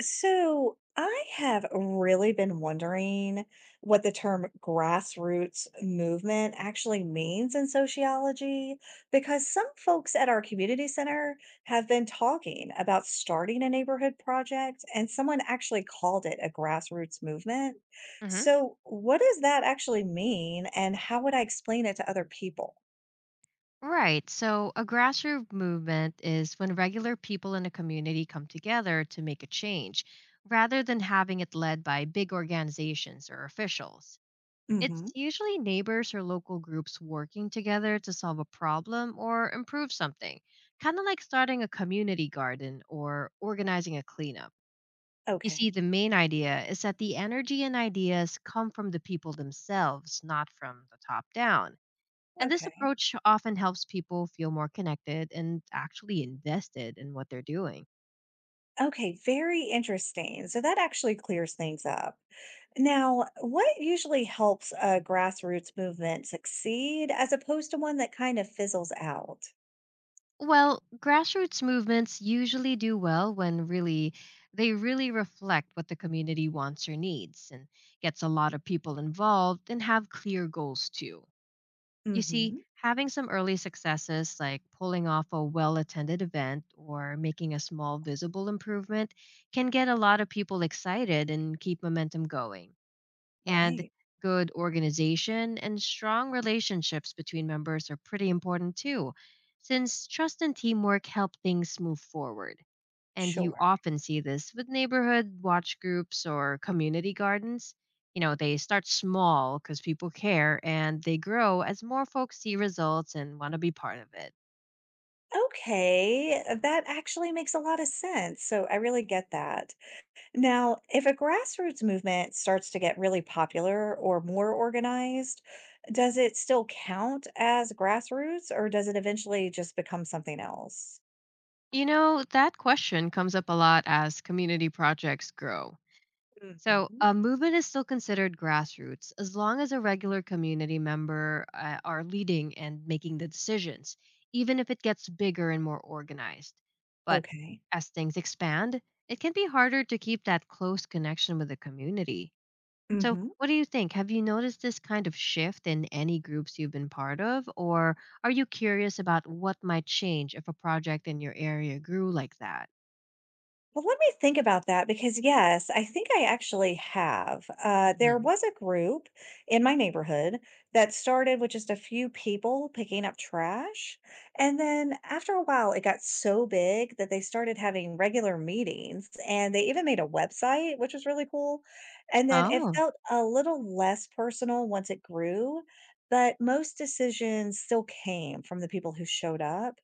So I have really been wondering what the term grassroots movement actually means in sociology, because some folks at our community center have been talking about starting a neighborhood project, and someone actually called it a grassroots movement. Hmm. So, what does that actually mean, and how would I explain it to other people? Right. So a grassroots movement is when regular people in a community come together to make a change, rather than having it led by big organizations or officials. It's Hmm. usually neighbors or local groups working together to solve a problem or improve something, kind of like starting a community garden or organizing a cleanup. You see, Okay. the main idea is that the energy and ideas come from the people themselves, not from the top down. And this Okay. approach often helps people feel more connected and actually invested in what they're doing. Okay. Very interesting. So that actually clears things up. Now, what usually helps a grassroots movement succeed as opposed to one that kind of fizzles out? Well, grassroots movements usually do well when really they really reflect what the community wants or needs and gets a lot of people involved and have clear goals too. You see, Hmm. having some early successes like pulling off a well attended event or making a small visible improvement can get a lot of people excited and keep momentum going. And Right. good organization and strong relationships between members are pretty important too, since trust and teamwork help things move forward. And you Sure. often see this with neighborhood watch groups or community gardens. You know, they start small because people care and they grow as more folks see results and want to be part of it. Okay. That actually makes a lot of sense. So I really get that. Now, if a grassroots movement starts to get really popular or more organized, does it still count as grassroots or does it eventually just become something else? You know, that question comes up a lot as community projects grow. So, Hmm. a movement is still considered grassroots as long as a regular community member are leading and making the decisions, even if it gets bigger and more organized. But Okay. as things expand, it can be harder to keep that close connection with the community. So, Hmm. what do you think? Have you noticed this kind of shift in any groups you've been part of? Or are you curious about what might change if a project in your area grew like that? Well, let me think about that because, yes, I think I actually have. There Mhm. was a group in my neighborhood that started with just a few people picking up trash. And then after a while, it got so big that they started having regular meetings and they even made a website, which was really cool. And then it Oh, felt a little less personal once it grew, but most decisions still came from the people who showed up.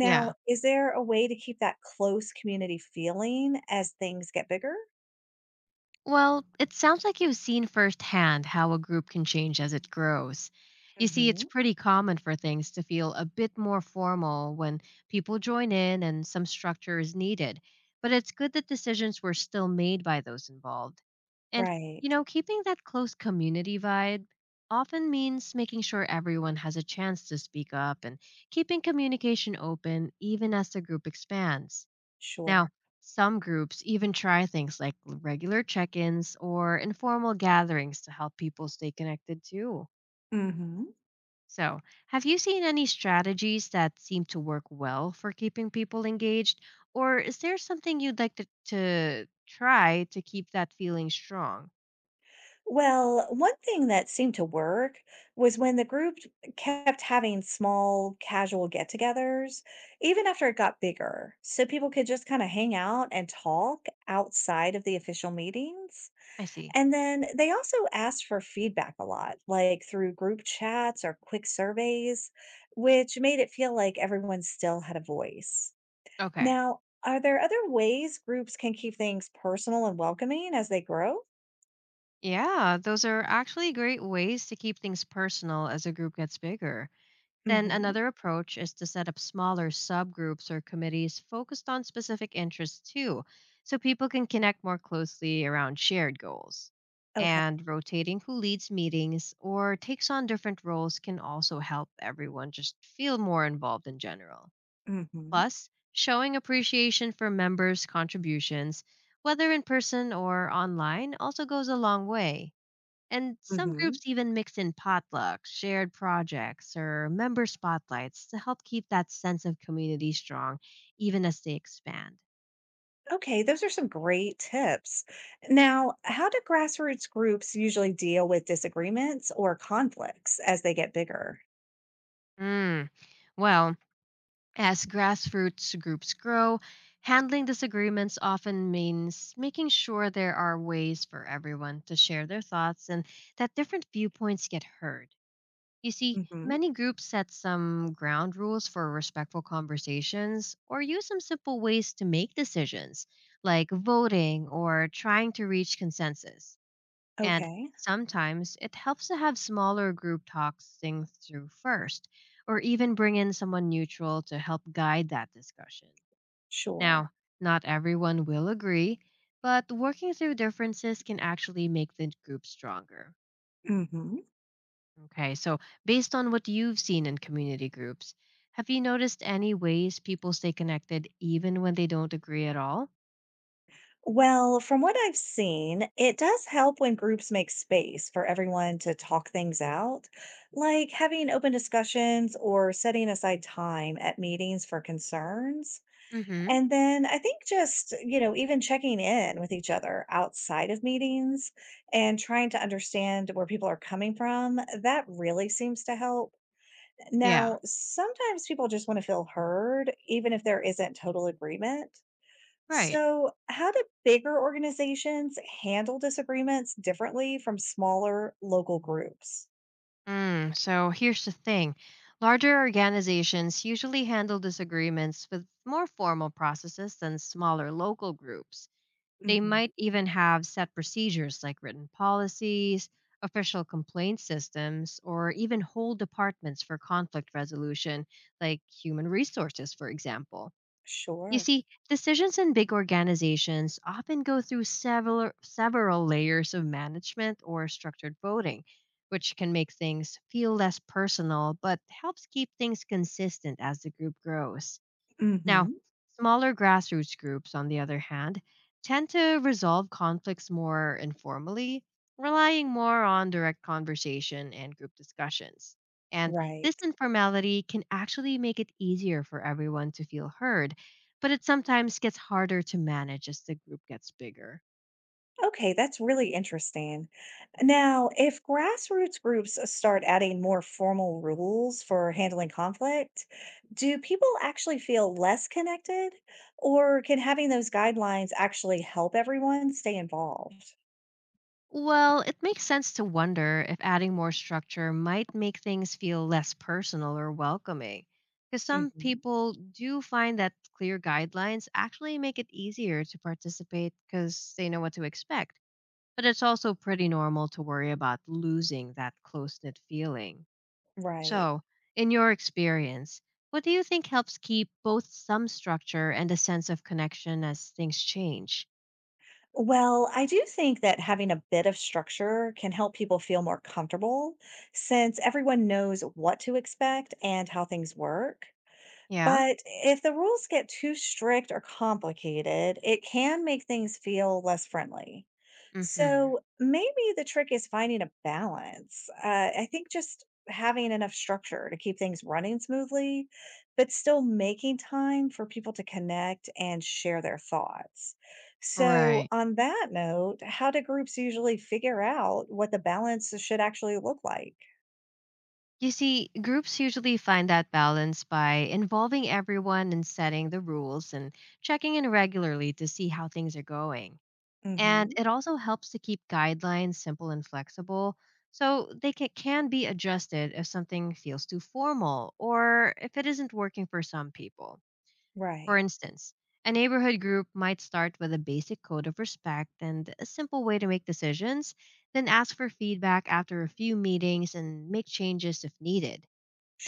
yeah. is there a way to keep that close community feeling as things get bigger? Well, it sounds like you've seen firsthand how a group can change as it grows. You see, it's Mhm. pretty common for things to feel a bit more formal when people join in and some structure is needed, but it's good that decisions were still made by those involved. And, you Right. know, keeping that close community vibe often means making sure everyone has a chance to speak up and keeping communication open even as the group expands. Now, Sure. some groups even try things like regular check ins or informal gatherings to help people stay connected too. Mhm. So, have you seen any strategies that seem to work well for keeping people engaged? Or is there something you'd like to try to keep that feeling strong? Well, one thing that seemed to work was when the group kept having small casual get-togethers, even after it got bigger, so people could just kind of hang out and talk outside of the official meetings. I see. And then they also asked for feedback a lot, like through group chats or quick surveys, which made it feel like everyone still had a voice. Okay. Now, are there other ways groups can keep things personal and welcoming as they grow? Yeah, those are actually great ways to keep things personal as a group gets bigger. Then Hmm. another approach is to set up smaller subgroups or committees focused on specific interests too, so people can connect more closely around shared goals. Okay. And rotating who leads meetings or takes on different roles can also help everyone just feel more involved in general. Hmm. Plus, showing appreciation for members' contributions, whether in person or online, also goes a long way. And some Hmm. groups even mix in potlucks, shared projects, or member spotlights to help keep that sense of community strong, even as they expand. Okay, those are some great tips. Now, how do grassroots groups usually deal with disagreements or conflicts as they get bigger? Mm, well, As grassroots groups grow, handling disagreements often means making sure there are ways for everyone to share their thoughts and that different viewpoints get heard. You see, Hmm. many groups set some ground rules for respectful conversations or use some simple ways to make decisions, like voting or trying to reach consensus. And Okay, sometimes it helps to have smaller group talks things through first, or even bring in someone neutral to help guide that discussion. sure. Now, not everyone will agree, but working through differences can actually make the group stronger. Hmm. Okay, so based on what you've seen in community groups, have you noticed any ways people stay connected even when they don't agree at all? Well, from what I've seen, it does help when groups make space for everyone to talk things out, like having open discussions or setting aside time at meetings for concerns. Hmm. And then I think, just, even checking in with each other outside of meetings and trying to understand where people are coming from, that really seems to help. Yeah, Now, sometimes people just want to feel heard, even if there isn't total agreement. right. So, how do bigger organizations handle disagreements differently from smaller local groups? So here's the thing, larger organizations usually handle disagreements with more formal processes than smaller local groups. They Hmm. might even have set procedures like written policies, official complaint systems, or even whole departments for conflict resolution, like human resources, for example. You Sure. see, decisions in big organizations often go through several layers of management or structured voting, which can make things feel less personal but helps keep things consistent as the group grows. Now, Hmm. smaller grassroots groups, on the other hand, tend to resolve conflicts more informally, relying more on direct conversation and group discussions. And Right. this informality can actually make it easier for everyone to feel heard, but it sometimes gets harder to manage as the group gets bigger. Okay, that's really interesting. Now, if grassroots groups start adding more formal rules for handling conflict, do people actually feel less connected, or can having those guidelines actually help everyone stay involved? Well, it makes sense to wonder if adding more structure might make things feel less personal or welcoming. Because some Hmm. people do find that clear guidelines actually make it easier to participate because they know what to expect. But it's also pretty normal to worry about losing that close knit feeling. Right. So, in your experience, what do you think helps keep both some structure and a sense of connection as things change? Well, I do think that having a bit of structure can help people feel more comfortable since everyone knows what to expect and how things work. Yeah? But if the rules get too strict or complicated, it can make things feel less friendly. Mm hmm. So maybe the trick is finding a balance. I think just having enough structure to keep things running smoothly, but still making time for people to connect and share their thoughts. So, Right. on that note, how do groups usually figure out what the balance should actually look like? You see, groups usually find that balance by involving everyone in setting the rules and checking in regularly to see how things are going. And Hmm. it also helps to keep guidelines simple and flexible so they can be adjusted if something feels too formal or if it isn't working for some people. For Right. instance, a neighborhood group might start with a basic code of respect and a simple way to make decisions, then ask for feedback after a few meetings and make changes if needed,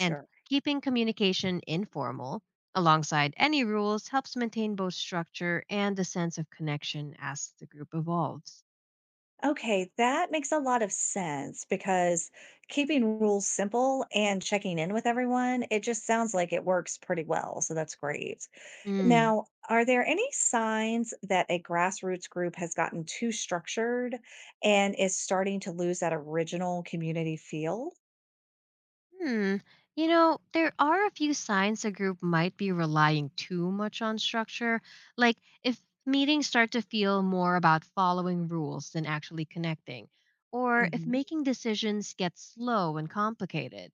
and keeping communication informal alongside any rules helps maintain both structure and a sense of connection as the group evolves. Okay, that makes a lot of sense because keeping rules simple and checking in with everyone, it just sounds like it works pretty well. So that's great. Mm. Now, are there any signs that a grassroots group has gotten too structured and is starting to lose that original community feel? Hmm. You know, there are a few signs a group might be relying too much on structure, like if meetings start to feel more about following rules than actually connecting, or if Hmm. making decisions gets slow and complicated.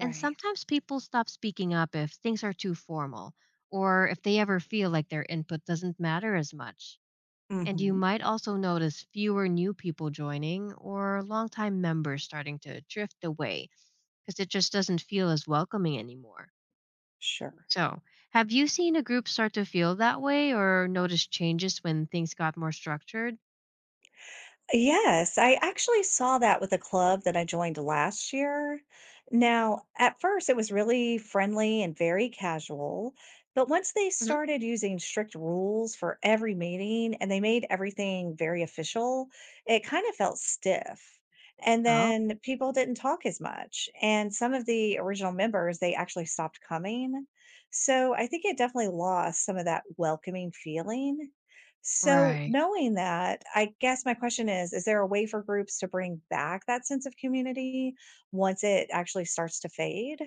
And sometimes people stop speaking up if things are too formal or if they ever feel like their input doesn't matter as much. And you Hmm. might also notice fewer new people joining or longtime members starting to drift away because it just doesn't feel as welcoming anymore. Sure. So, have you seen a group start to feel that way or noticed changes when things got more structured? Yes, I actually saw that with a club that I joined last year. Now, at first, it was really friendly and very casual, but once they Hmm. started using strict rules for every meeting and they made everything very official, it kind of felt stiff. And Oh, then people didn't talk as much, and some of the original members, they actually stopped coming. So I think it definitely lost some of that welcoming feeling. So, right. knowing that, I guess my question is there a way for groups to bring back that sense of community once it actually starts to fade?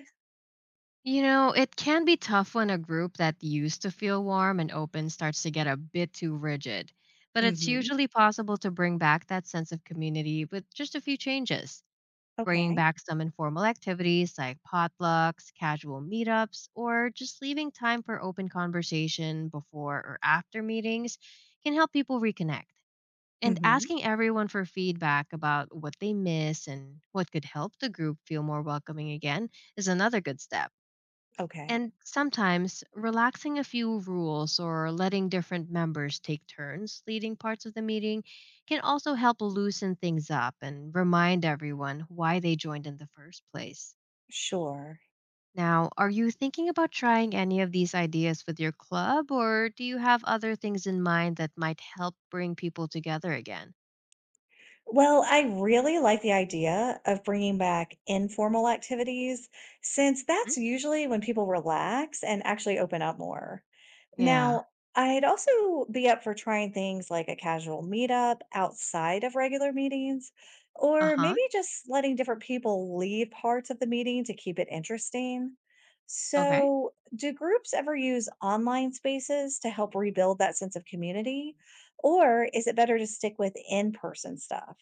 You know, it can be tough when a group that used to feel warm and open starts to get a bit too rigid, but it's Mhm. usually possible to bring back that sense of community with just a few changes. Bringing Okay. back some informal activities like potlucks, casual meetups, or just leaving time for open conversation before or after meetings can help people reconnect. And Mhm. asking everyone for feedback about what they miss and what could help the group feel more welcoming again is another good step. Okay. And sometimes relaxing a few rules or letting different members take turns leading parts of the meeting can also help loosen things up and remind everyone why they joined in the first place. Sure. Now, are you thinking about trying any of these ideas with your club, or do you have other things in mind that might help bring people together again? Well, I really like the idea of bringing back informal activities since Mhm. that's usually when people relax and actually open up more. Yeah. Now, I'd also be up for trying things like a casual meetup outside of regular meetings, Uh or huh. maybe just letting different people leave parts of the meeting to keep it interesting. Okay. So, do groups ever use online spaces to help rebuild that sense of community, or is it better to stick with in person stuff?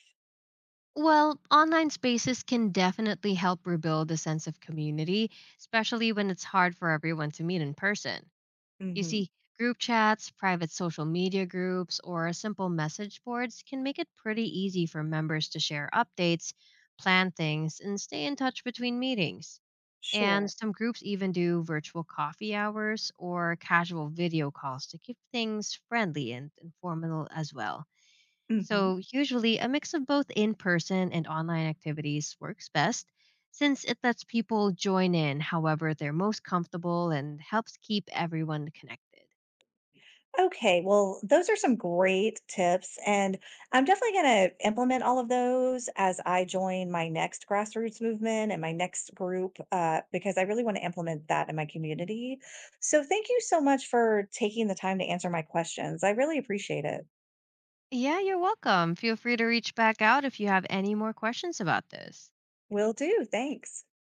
Well, online spaces can definitely help rebuild a sense of community, especially when it's hard for everyone to meet in person. You Hmm. see, group chats, private social media groups, or simple message boards can make it pretty easy for members to share updates, plan things, and stay in touch between meetings. And Sure. some groups even do virtual coffee hours or casual video calls to keep things friendly and informal as well. Hmm. So, usually, a mix of both in person and online activities works best since it lets people join in however they're most comfortable and helps keep everyone connected. Okay, well, those are some great tips, and I'm definitely going to implement all of those as I join my next grassroots movement and my next group because I really want to implement that in my community. So, thank you so much for taking the time to answer my questions. I really appreciate it. Yeah, you're welcome. Feel free to reach back out if you have any more questions about this. Will do. Thanks.